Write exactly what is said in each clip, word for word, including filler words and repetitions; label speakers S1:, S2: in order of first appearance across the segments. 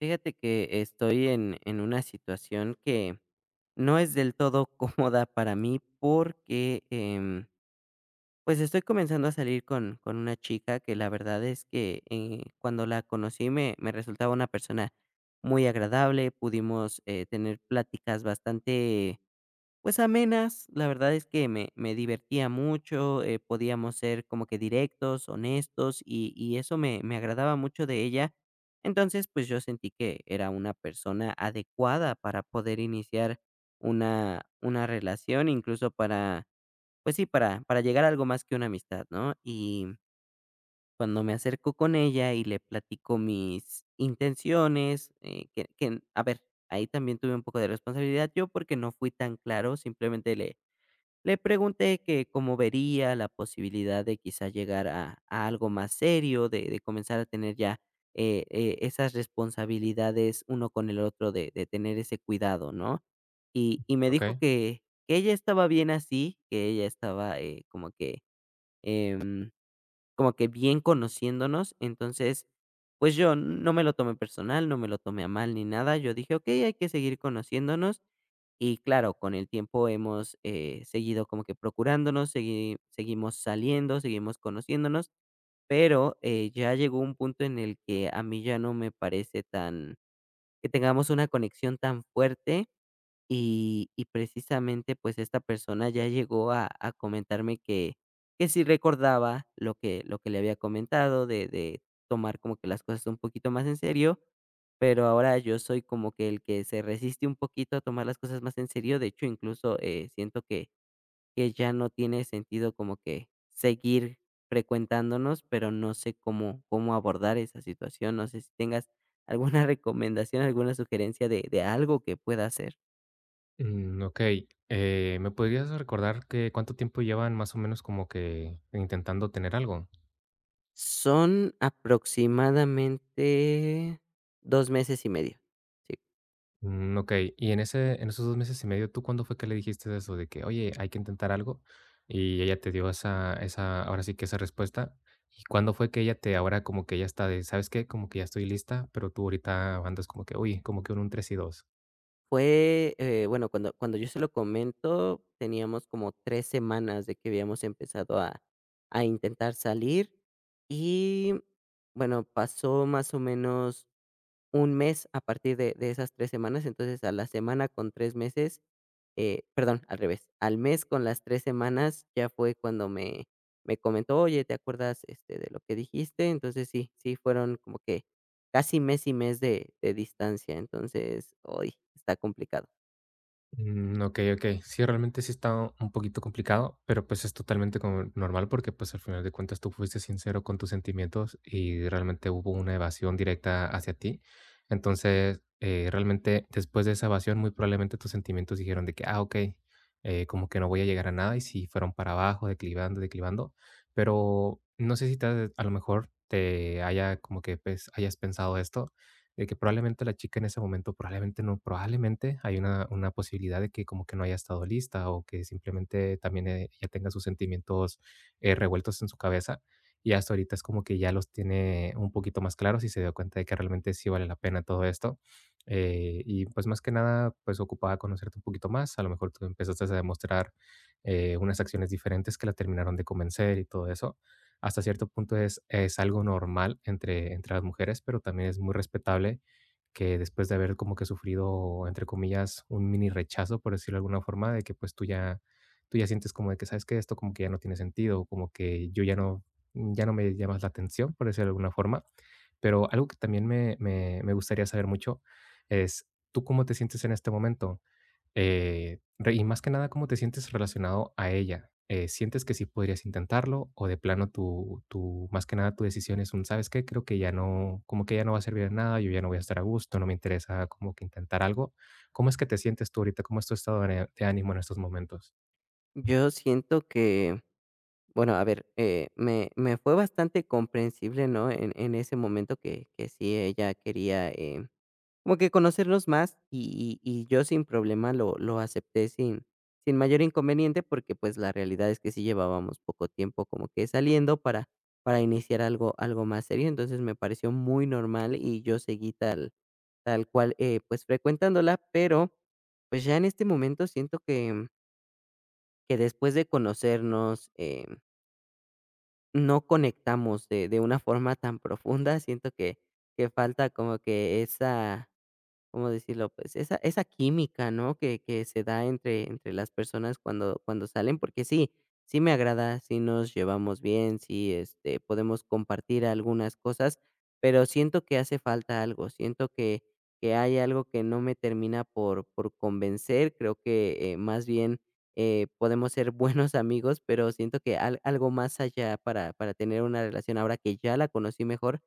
S1: Fíjate que estoy en, en una situación que no es del todo cómoda para mí porque em, pues estoy comenzando a salir con, con una chica que la verdad es que eh, cuando la conocí me, me resultaba una persona muy agradable. Pudimos eh, tener pláticas bastante pues amenas. La verdad es que me, me divertía mucho. Eh, podíamos ser como que directos, honestos, y, y eso me, me agradaba mucho de ella. Entonces, pues yo sentí que era una persona adecuada para poder iniciar una, una relación, incluso para, pues sí, para, para llegar a algo más que una amistad, ¿no? Y cuando me acerco con ella y le platico mis intenciones, eh, que, que, a ver, ahí también tuve un poco de responsabilidad yo porque no fui tan claro, simplemente le le pregunté que cómo vería la posibilidad de quizá llegar a, a algo más serio, de, de comenzar a tener ya eh, eh, esas responsabilidades uno con el otro, de, de tener ese cuidado, ¿no? Y, y me dijo
S2: Okey.
S1: que, que ella estaba bien así, que ella estaba eh, como que em, como que bien conociéndonos. Entonces pues yo no me lo tomé personal, no me lo tomé a mal ni nada. Yo dije, ok, hay que seguir conociéndonos y claro, con el tiempo hemos, eh, seguido como que procurándonos, segui seguimos saliendo, seguimos conociéndonos, pero, eh, ya llegó un punto en el que a mí ya no me parece tan que tengamos una conexión tan fuerte y y precisamente, pues, esta persona ya llegó a a comentarme que que sí recordaba lo que lo que le había comentado de de tomar como que las cosas un poquito más en serio, pero ahora yo soy como que el que se resiste un poquito a tomar las cosas más en serio. De hecho, incluso, eh, siento que que ya no tiene sentido como que seguir frecuentándonos, pero no sé cómo cómo abordar esa situación. No sé si tengas alguna recomendación, alguna sugerencia de de algo que pueda hacer.
S2: Mm, okey. Eh, ¿me podrías recordar que cuánto tiempo llevan más o menos como que intentando tener algo?
S1: Son aproximadamente dos meses y medio. Sí,
S2: Mm, okey. Y en ese en esos dos meses y medio, ¿tú cuándo fue que le dijiste eso de que: "Oye, hay que intentar algo"? Y ella te dio esa esa ahora sí que esa respuesta. ¿Y cuándo fue que ella te ahora como que ya está de: "¿Sabes qué? Como que ya estoy lista", pero tú ahorita andas como que: "Oye, como que en un tres y dos".
S1: fue, eh, bueno, cuando cuando yo se lo comento, teníamos como tres semanas de que habíamos empezado a a intentar salir y, bueno, pasó más o menos un mes a partir de de esas tres semanas. Entonces a la semana con tres meses, eh, perdón, al revés, al mes con las tres semanas ya fue cuando me me comentó: "Oye, ¿te acuerdas, este, de lo que dijiste?". Entonces sí, sí fueron como que casi mes y mes de de distancia. Entonces, hoy está complicado.
S2: Mm, okey, okey. Sí, realmente sí está un poquito complicado, pero, pues, es totalmente como normal porque, pues, al final de cuentas tú fuiste sincero con tus sentimientos y realmente hubo una evasión directa hacia ti. Entonces, eh, realmente después de esa evasión, muy probablemente tus sentimientos dijeron de que: "Ah, okey, eh, como que no voy a llegar a nada", y si fueron para abajo, declivando, declivando. Pero no sé si te a lo mejor te haya como que, pues, hayas pensado esto, de que probablemente la chica en ese momento, probablemente no, probablemente hay una, una posibilidad de que como que no haya estado lista o que simplemente también eh, ella tenga sus sentimientos eh, revueltos en su cabeza y hasta ahorita es como que ya los tiene un poquito más claros y se dio cuenta de que realmente sí vale la pena todo esto. Eh, y pues más que nada, pues ocupaba conocerte un poquito más, a lo mejor tú empezaste a demostrar eh, unas acciones diferentes que la terminaron de convencer y todo eso hasta cierto punto es, es algo normal entre, entre las mujeres, pero también es muy respetable que después de haber como que sufrido, entre comillas, un mini rechazo, por decirlo de alguna forma, de que pues tú ya, tú ya sientes como de que, ¿sabes que Esto como que ya no tiene sentido, como que yo ya no, ya no me llamas la atención, por decirlo de alguna forma. Pero algo que también me, me, me gustaría saber mucho es, ¿tú cómo te sientes en este momento? Eh, re Y más que nada, ¿cómo te sientes relacionado a ella? Eh, ¿sientes que sí podrías intentarlo? O de plano tu tu más que nada tu decisión es un: "¿Sabes qué? Creo que ya no, como que ya no va a servir de nada, yo ya no voy a estar a gusto, no me interesa como que intentar algo". ¿Cómo es que te sientes tú ahorita? ¿Cómo es tu estado de de ánimo en estos momentos?
S1: Yo siento que, bueno, a ver, eh, me me fue bastante comprensible, ¿no?, en en ese momento que que sí ella quería, em como que conocernos más y y y yo sin problema lo lo acepté sin sin mayor inconveniente, porque, pues, la realidad es que sí llevábamos poco tiempo como que saliendo para para iniciar algo algo más serio. Entonces, me pareció muy normal y yo seguí tal tal cual, eh, pues, frecuentándola, pero, pues, ya en este momento siento que que después de conocernos, eh, no conectamos de de una forma tan profunda. Siento que que falta como que esa, ¿cómo decirlo? Pues esa esa química, ¿no? Que que se da entre entre las personas cuando cuando salen, porque sí, sí me agrada, sí nos llevamos bien, sí, este, podemos compartir algunas cosas, pero siento que hace falta algo, siento que que hay algo que no me termina por por convencer. Creo que, eh, más bien, eh, podemos ser buenos amigos, pero siento que al algo más allá para para tener una relación ahora que ya la conocí mejor,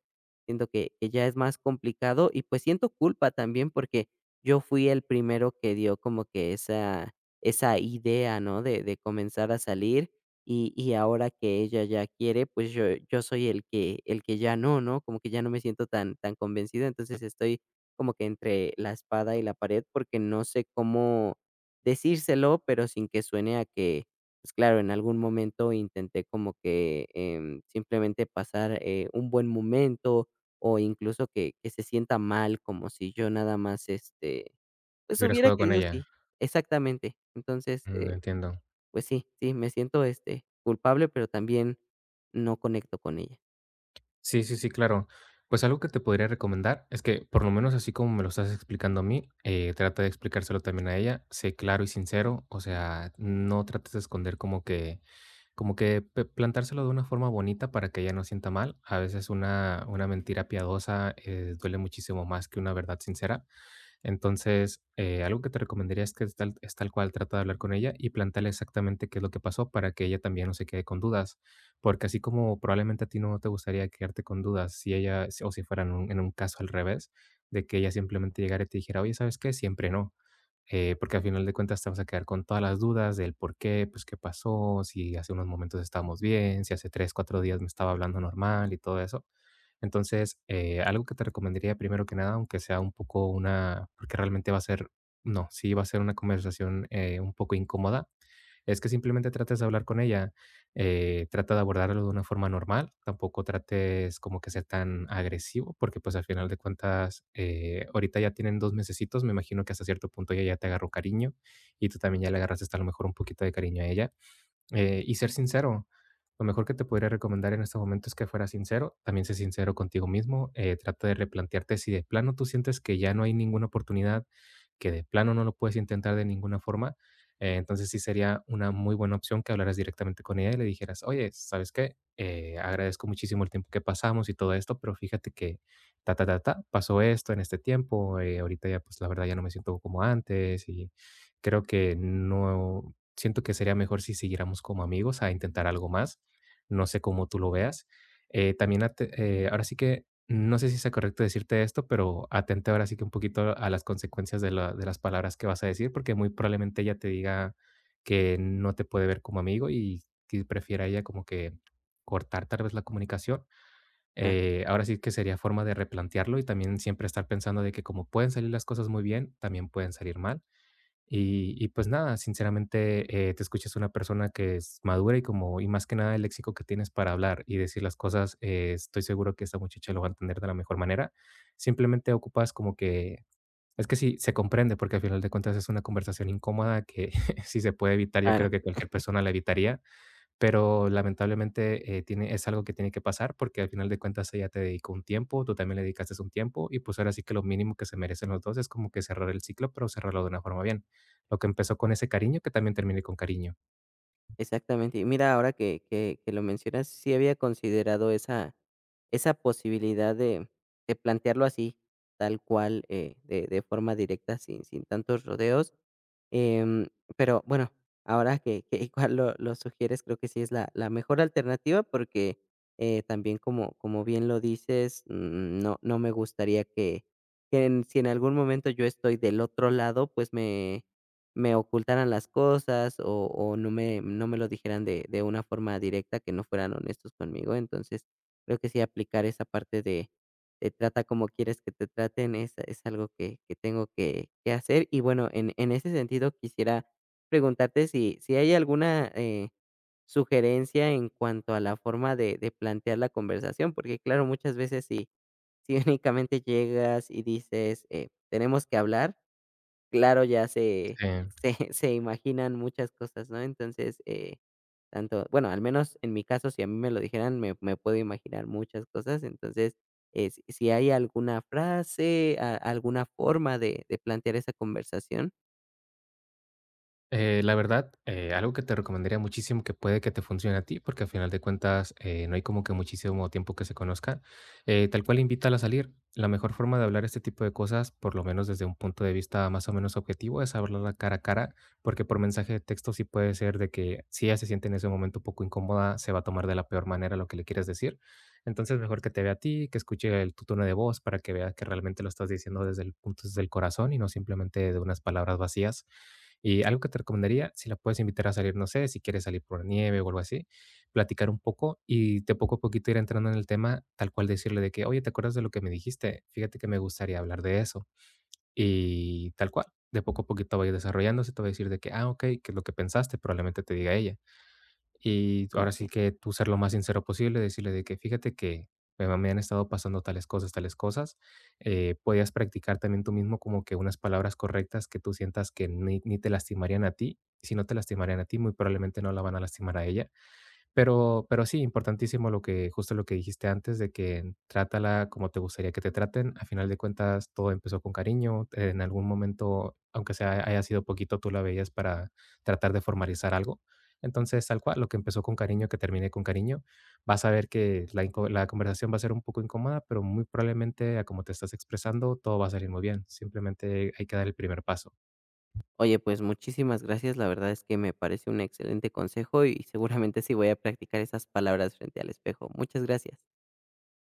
S1: siento que que ya es más complicado y, pues, siento culpa también porque yo fui el primero que dio como que esa esa idea, ¿no?, de de comenzar a salir, y y ahora que ella ya quiere, pues, yo yo soy el que el que ya no, ¿no? Como que ya no me siento tan tan convencido. Entonces estoy como que entre la espada y la pared porque no sé cómo decírselo, pero sin que suene a que, pues, claro, en algún momento intenté como que, em, simplemente pasar, eh, un buen momento o incluso que que se sienta mal, como si yo nada más, este, pues,
S2: ¿Hubieras
S1: hubiera
S2: jugado con
S1: querido
S2: ella?
S1: sí, exactamente. Entonces,
S2: Mm,
S1: eh,
S2: entiendo.
S1: pues sí, sí, me siento, este, culpable, pero también no conecto con ella.
S2: Sí, sí, sí, claro. Pues algo que te podría recomendar es que, por lo menos así como me lo estás explicando a mí, eh, trata de explicárselo también a ella. Sé claro y sincero, o sea, no trates de esconder como que, como que pe- plantárselo de una forma bonita para que ella no sienta mal. A veces una, una mentira piadosa eh, duele muchísimo más que una verdad sincera. Entonces, eh, algo que te recomendaría es que es tal, es tal cual, trata de hablar con ella y plantearle exactamente qué es lo que pasó para que ella también no se quede con dudas, porque así como probablemente a ti no te gustaría quedarte con dudas si ella, si- o si fuera en un, en un caso al revés, de que ella simplemente llegara y te dijera, oye, ¿sabes qué? Siempre no. Eh, porque al final de cuentas te vas a quedar con todas las dudas del por qué, pues qué pasó, si hace unos momentos estábamos bien, si hace tres, cuatro días me estaba hablando normal y todo eso. Entonces, eh, algo que te recomendaría primero que nada, aunque sea un poco una, porque realmente va a ser, no, sí va a ser una conversación eh, un poco incómoda, es que simplemente trates de hablar con ella, eh, trata de abordarlo de una forma normal, tampoco trates como que sea tan agresivo, porque pues al final de cuentas, eh, ahorita ya tienen dos mesecitos, me imagino que hasta cierto punto ella ya te agarró cariño y tú también ya le agarraste hasta a lo mejor un poquito de cariño a ella. Eh, y ser sincero. Lo mejor que te podría recomendar en este momento es que fueras sincero. También sé sincero contigo mismo. Eh, trata de replantearte si de plano tú sientes que ya no hay ninguna oportunidad, que de plano no lo puedes intentar de ninguna forma. Eh, entonces sí sería una muy buena opción que hablaras directamente con ella y le dijeras, oye, ¿sabes qué? Eh, agradezco muchísimo el tiempo que pasamos y todo esto, pero fíjate que ta, ta, ta, ta, pasó esto en este tiempo. Eh, ahorita ya, pues la verdad ya no me siento como antes y creo que no, siento que sería mejor si siguiéramos como amigos a intentar algo más. No sé cómo tú lo veas. Eh, también, ate- eh, ahora sí que, no sé si sea correcto decirte esto, pero atente ahora sí que un poquito a las consecuencias de, la- de las palabras que vas a decir, porque muy probablemente ella te diga que no te puede ver como amigo y que prefiera ella como que cortar tal vez la comunicación.
S1: Ah,
S2: Eh, ahora sí que sería forma de replantearlo y también siempre estar pensando de que como pueden salir las cosas muy bien, también pueden salir mal y y pues nada, sinceramente, eh, te escuchas una persona que es madura y como y más que nada el léxico que tienes para hablar y decir las cosas, eh, estoy seguro que esta muchacha lo va a entender de la mejor manera. Simplemente ocupas como que es que sí, se comprende, porque al final de cuentas es una conversación incómoda que si se puede evitar, yo
S1: claro.
S2: creo que cualquier persona la evitaría. Pero lamentablemente, eh, tiene es algo que tiene que pasar porque al final de cuentas ella te dedicó un tiempo, tú también le dedicaste un tiempo y, pues, ahora sí que lo mínimo que se merecen los dos es como que cerrar el ciclo, pero cerrarlo de una forma bien. Lo que empezó con ese cariño, que también termine con cariño.
S1: Exactamente. Y mira, ahora que que que lo mencionas, sí había considerado esa esa posibilidad de de plantearlo así, tal cual, eh, de de forma directa, sin sin tantos rodeos. Em, pero bueno, ahora que que igual lo lo sugieres, creo que sí es la la mejor alternativa porque, eh, también como como bien lo dices, mm, no no me gustaría que que en si en algún momento yo estoy del otro lado, pues me me ocultaran las cosas o o no me no me lo dijeran de de una forma directa, que no fueran honestos conmigo. Entonces, creo que sí aplicar esa parte de de trata como quieres que te traten es es algo que que tengo que que hacer. Y bueno, en en ese sentido quisiera preguntarte si si hay alguna, eh, sugerencia en cuanto a la forma de de plantear la conversación, porque claro, muchas veces si si únicamente llegas y dices, eh: "Tenemos que hablar". Claro, ya se
S2: Em
S1: se se imaginan muchas cosas, ¿no? Entonces, eh, tanto bueno, al menos en mi caso, si a mí me lo dijeran, me me puedo imaginar muchas cosas. Entonces, eh, si si hay alguna frase, a alguna forma de de plantear esa conversación,
S2: Eh, la verdad, eh, algo que te recomendaría muchísimo que puede que te funcione a ti, porque al final de cuentas eh, no hay como que muchísimo tiempo que se conozca, eh, tal cual invítala a salir. La mejor forma de hablar este tipo de cosas, por lo menos desde un punto de vista más o menos objetivo, es hablarla cara a cara, porque por mensaje de texto sí puede ser de que si ella se siente en ese momento un poco incómoda, se va a tomar de la peor manera lo que le quieres decir. Entonces, mejor que te vea a ti, que escuche el, tu tono de voz para que vea que realmente lo estás diciendo desde el punto, desde el corazón y no simplemente de unas palabras vacías. Y algo que te recomendaría, si la puedes invitar a salir, no sé, si quieres salir por la nieve o algo así, platicar un poco y de poco a poquito ir entrando en el tema, tal cual decirle de que, oye, ¿te acuerdas de lo que me dijiste? Fíjate que me gustaría hablar de eso. Y tal cual, de poco a poquito vaya desarrollándose, te va a decir de que, ah, ok, que es lo que pensaste, probablemente te diga ella. Y ahora
S1: como
S2: sí que tú ser lo más sincero posible, decirle de que fíjate que me, me han estado pasando tales cosas, tales cosas. Eh, podías practicar también tú mismo como que unas palabras correctas que tú sientas que ni, ni te lastimarían a ti. Si no te lastimarían a ti, muy probablemente no la van a lastimar a ella. Pero pero sí, importantísimo lo que justo lo que dijiste antes de que trátala como te gustaría que te traten. A final de cuentas, todo empezó con cariño. En algún momento, aunque sea haya sido poquito, tú la veías para tratar de formalizar algo. Entonces, tal cual, lo que empezó con cariño, que termine con cariño. Vas a ver que la inco la conversación va a ser un poco incómoda, pero muy probablemente, a como te estás expresando, todo va a salir muy bien. Simplemente hay que dar el primer paso.
S1: oye, pues, muchísimas gracias, la verdad es que me parece un excelente consejo y seguramente sí voy a practicar esas palabras frente al espejo. Muchas gracias.